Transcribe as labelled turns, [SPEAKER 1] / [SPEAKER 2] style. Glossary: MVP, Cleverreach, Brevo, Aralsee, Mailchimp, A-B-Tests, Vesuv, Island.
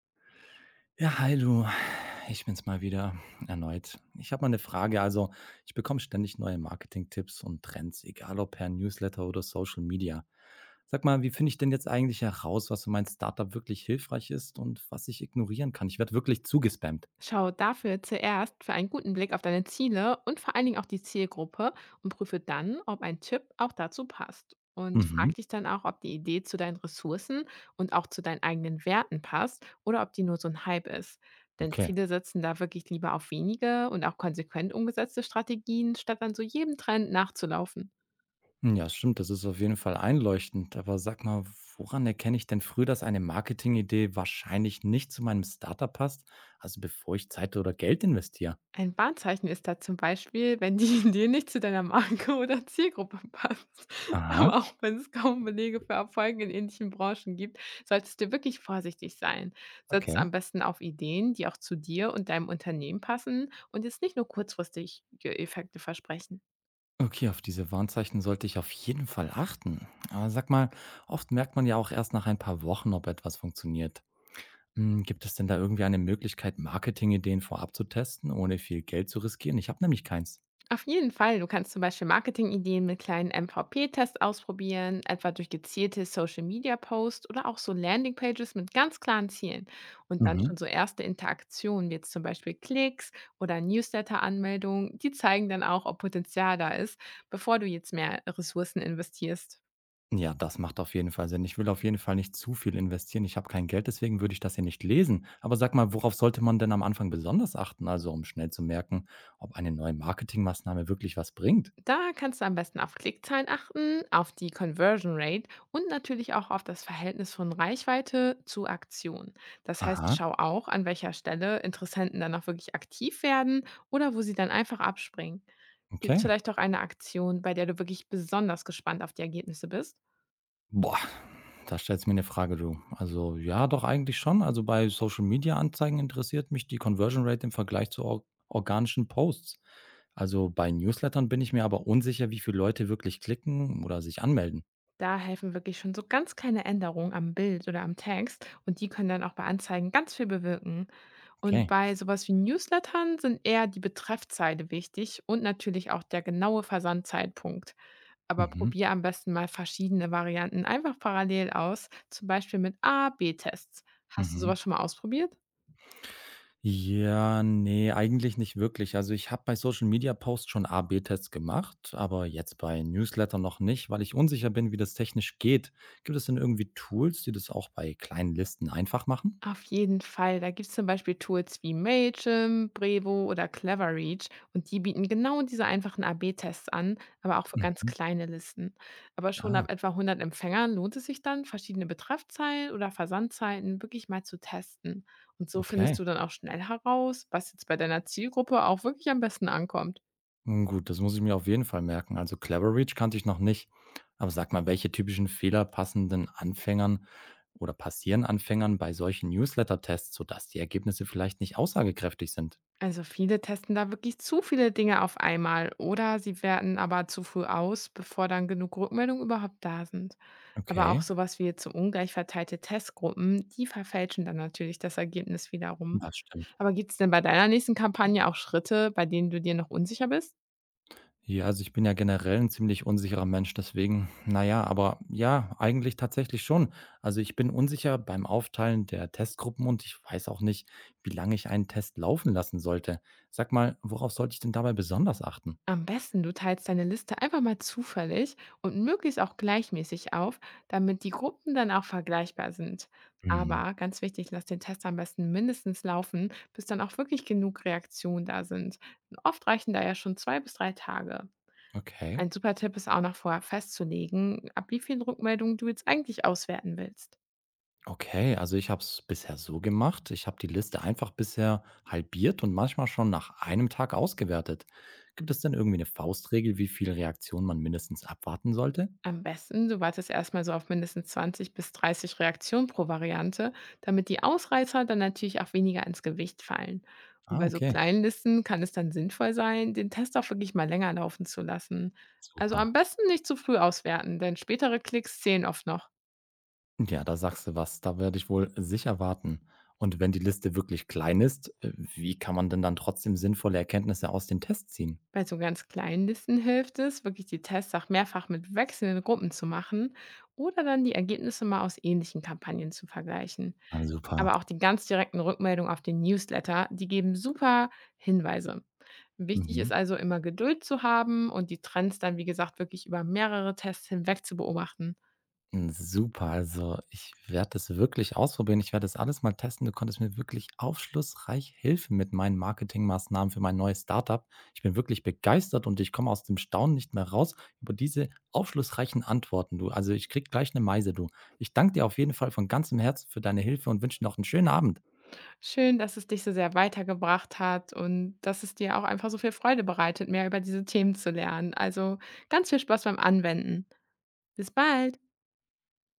[SPEAKER 1] Ja, hi du. Ich bin's mal wieder erneut. Ich habe mal eine Frage. Also, ich bekomme ständig neue Marketingtipps und Trends, egal ob per Newsletter oder Social Media. Sag mal, wie finde ich denn jetzt eigentlich heraus, was für mein Startup wirklich hilfreich ist und was ich ignorieren kann? Ich werde wirklich zugespammt.
[SPEAKER 2] Schau dafür zuerst für einen guten Blick auf deine Ziele und vor allen Dingen auch die Zielgruppe und prüfe dann, ob ein Tipp auch dazu passt. Und
[SPEAKER 1] Mhm,
[SPEAKER 2] frag dich dann auch, ob die Idee zu deinen Ressourcen und auch zu deinen eigenen Werten passt oder ob die nur so ein Hype ist. Denn
[SPEAKER 1] okay.
[SPEAKER 2] viele setzen da wirklich lieber auf wenige und auch konsequent umgesetzte Strategien, statt dann so jedem Trend nachzulaufen.
[SPEAKER 1] Hm, ja, stimmt, das ist auf jeden Fall einleuchtend. Aber sag mal, woran erkenne ich denn früh, dass eine Marketingidee wahrscheinlich nicht zu meinem Startup passt? Also, bevor ich Zeit oder Geld investiere?
[SPEAKER 2] Ein Warnzeichen ist da zum Beispiel, wenn die Idee nicht zu deiner Marke oder Zielgruppe passt.
[SPEAKER 1] Aha,
[SPEAKER 2] Aber auch wenn es kaum Belege für Erfolge in ähnlichen Branchen gibt, solltest du wirklich vorsichtig sein. Setz
[SPEAKER 1] okay.
[SPEAKER 2] am besten auf Ideen, die auch zu dir und deinem Unternehmen passen und jetzt nicht nur kurzfristige Effekte versprechen.
[SPEAKER 1] Okay, auf diese Warnzeichen sollte ich auf jeden Fall achten. Aber sag mal, oft merkt man ja auch erst nach ein paar Wochen, ob etwas funktioniert. Hm, gibt es denn da irgendwie eine Möglichkeit, Marketingideen vorab zu testen, ohne viel Geld zu riskieren? Ich habe nämlich keins.
[SPEAKER 2] Auf jeden Fall. Du kannst zum Beispiel Marketingideen mit kleinen MVP-Tests ausprobieren, etwa durch gezielte Social-Media-Posts oder auch so Landingpages mit ganz klaren Zielen. Und dann
[SPEAKER 1] Mhm.
[SPEAKER 2] schon so erste Interaktionen, wie jetzt zum Beispiel Klicks oder Newsletter-Anmeldungen, die zeigen dann auch, ob Potenzial da ist, bevor du jetzt mehr Ressourcen investierst.
[SPEAKER 1] Ja, das macht auf jeden Fall Sinn. Ich will auf jeden Fall nicht zu viel investieren. Ich habe kein Geld, deswegen würde ich das hier nicht lesen. Aber sag mal, worauf sollte man denn am Anfang besonders achten, also um schnell zu merken, ob eine neue Marketingmaßnahme wirklich was bringt?
[SPEAKER 2] Da kannst du am besten auf Klickzahlen achten, auf die Conversion Rate und natürlich auch auf das Verhältnis von Reichweite zu Aktion. Das heißt,
[SPEAKER 1] Aha,
[SPEAKER 2] schau auch, an welcher Stelle Interessenten dann auch wirklich aktiv werden oder wo sie dann einfach abspringen. Gibt
[SPEAKER 1] okay.
[SPEAKER 2] es vielleicht auch eine Aktion, bei der du wirklich besonders gespannt auf die Ergebnisse bist?
[SPEAKER 1] Boah, da stellst du mir eine Frage, du. Also, ja, doch eigentlich schon. Also, bei Social-Media-Anzeigen interessiert mich die Conversion Rate im Vergleich zu or organischen Posts. Also, bei Newslettern bin ich mir aber unsicher, wie viele Leute wirklich klicken oder sich anmelden.
[SPEAKER 2] Da helfen wirklich schon so ganz kleine Änderungen am Bild oder am Text und die können dann auch bei Anzeigen ganz viel bewirken. Und
[SPEAKER 1] Okay.
[SPEAKER 2] bei sowas wie Newslettern sind eher die Betreffzeile wichtig und natürlich auch der genaue Versandzeitpunkt. Aber
[SPEAKER 1] Mhm,
[SPEAKER 2] probier am besten mal verschiedene Varianten einfach parallel aus, zum Beispiel mit A-B-Tests. Hast du sowas
[SPEAKER 1] mhm.
[SPEAKER 2] schon mal ausprobiert?
[SPEAKER 1] Ja, nee, eigentlich nicht wirklich. Also, ich habe bei Social-Media-Posts schon A/B-Tests gemacht, aber jetzt bei Newslettern noch nicht, weil ich unsicher bin, wie das technisch geht. Gibt es denn irgendwie Tools, die das auch bei kleinen Listen einfach machen?
[SPEAKER 2] Auf jeden Fall. Da gibt es zum Beispiel Tools wie Mailchimp, Brevo oder Cleverreach und die bieten genau diese einfachen A-B-Tests an, aber auch für ganz
[SPEAKER 1] Mhm.
[SPEAKER 2] kleine Listen. Aber schon
[SPEAKER 1] Ah.
[SPEAKER 2] ab etwa 100 Empfängern lohnt es sich dann, verschiedene Betreffzeilen oder Versandzeiten wirklich mal zu testen. Und so findest
[SPEAKER 1] Okay.
[SPEAKER 2] du dann auch schnell heraus, was jetzt bei deiner Zielgruppe auch wirklich am besten ankommt.
[SPEAKER 1] Hm, gut, das muss ich mir auf jeden Fall merken. Also Cleverreach kannte ich noch nicht. Aber sag mal, welche typischen Fehler passen denn Anfängern oder passieren Anfängern bei solchen Newsletter-Tests, sodass die Ergebnisse vielleicht nicht aussagekräftig sind?
[SPEAKER 2] Also viele testen da wirklich zu viele Dinge auf einmal oder sie werten aber zu früh aus, bevor dann genug Rückmeldungen überhaupt da sind. Aber auch
[SPEAKER 1] Okay,
[SPEAKER 2] sowas wie jetzt so ungleich verteilte Testgruppen, die verfälschen dann natürlich das Ergebnis wiederum.
[SPEAKER 1] das stimmt.
[SPEAKER 2] Aber gibt es denn bei deiner nächsten Kampagne auch Schritte, bei denen du dir noch unsicher bist?
[SPEAKER 1] Ja, also ich bin ja generell ein ziemlich unsicherer Mensch, deswegen, naja, aber ja, eigentlich tatsächlich schon. Also ich bin unsicher beim Aufteilen der Testgruppen und ich weiß auch nicht, wie lange ich einen Test laufen lassen sollte. Sag mal, worauf sollte ich denn dabei besonders achten?
[SPEAKER 2] Am besten, du teilst deine Liste einfach mal zufällig und möglichst auch gleichmäßig auf, damit die Gruppen dann auch vergleichbar sind.
[SPEAKER 1] Mhm.
[SPEAKER 2] Aber ganz wichtig, lass den Test am besten mindestens laufen, bis dann auch wirklich genug Reaktionen da sind. Oft reichen da ja schon zwei bis drei Tage.
[SPEAKER 1] Okay.
[SPEAKER 2] Ein super Tipp ist auch noch vorher festzulegen, ab wie vielen Rückmeldungen du jetzt eigentlich auswerten willst.
[SPEAKER 1] Okay, also ich habe es bisher so gemacht. Ich habe die Liste einfach bisher halbiert und manchmal schon nach einem Tag ausgewertet. Gibt es denn irgendwie eine Faustregel, wie viele Reaktionen man mindestens abwarten sollte?
[SPEAKER 2] Am besten, du wartest erstmal so auf mindestens 20 bis 30 Reaktionen pro Variante, damit die Ausreißer dann natürlich auch weniger ins Gewicht fallen. Und
[SPEAKER 1] Ah,
[SPEAKER 2] bei so
[SPEAKER 1] okay.
[SPEAKER 2] kleinen Listen kann es dann sinnvoll sein, den Test auch wirklich mal länger laufen zu lassen. Also
[SPEAKER 1] Super.
[SPEAKER 2] am besten nicht zu früh auswerten, denn spätere Klicks zählen oft noch.
[SPEAKER 1] Ja, da sagst du was. Da werde ich wohl sicher warten. Und wenn die Liste wirklich klein ist, wie kann man denn dann trotzdem sinnvolle Erkenntnisse aus den Tests ziehen?
[SPEAKER 2] Bei so ganz kleinen Listen hilft es, wirklich die Tests auch mehrfach mit wechselnden Gruppen zu machen oder dann die Ergebnisse mal aus ähnlichen Kampagnen zu vergleichen.
[SPEAKER 1] Ah, super.
[SPEAKER 2] Aber auch die ganz direkten Rückmeldungen auf den Newsletter, die geben super Hinweise. Wichtig
[SPEAKER 1] Mhm.
[SPEAKER 2] ist also immer Geduld zu haben und die Trends dann, wie gesagt, wirklich über mehrere Tests hinweg zu beobachten.
[SPEAKER 1] Hm, super. Also, ich werde das wirklich ausprobieren. Ich werde das alles mal testen. Du konntest mir wirklich aufschlussreich helfen mit meinen Marketingmaßnahmen für mein neues Startup. Ich bin wirklich begeistert und ich komme aus dem Staunen nicht mehr raus über diese aufschlussreichen Antworten, du. Also, ich krieg gleich eine Meise, du. Ich danke dir auf jeden Fall von ganzem Herzen für deine Hilfe und wünsche dir noch einen schönen Abend.
[SPEAKER 2] Schön, dass es dich so sehr weitergebracht hat und dass es dir auch einfach so viel Freude bereitet, mehr über diese Themen zu lernen. Also ganz viel Spaß beim Anwenden. Bis bald!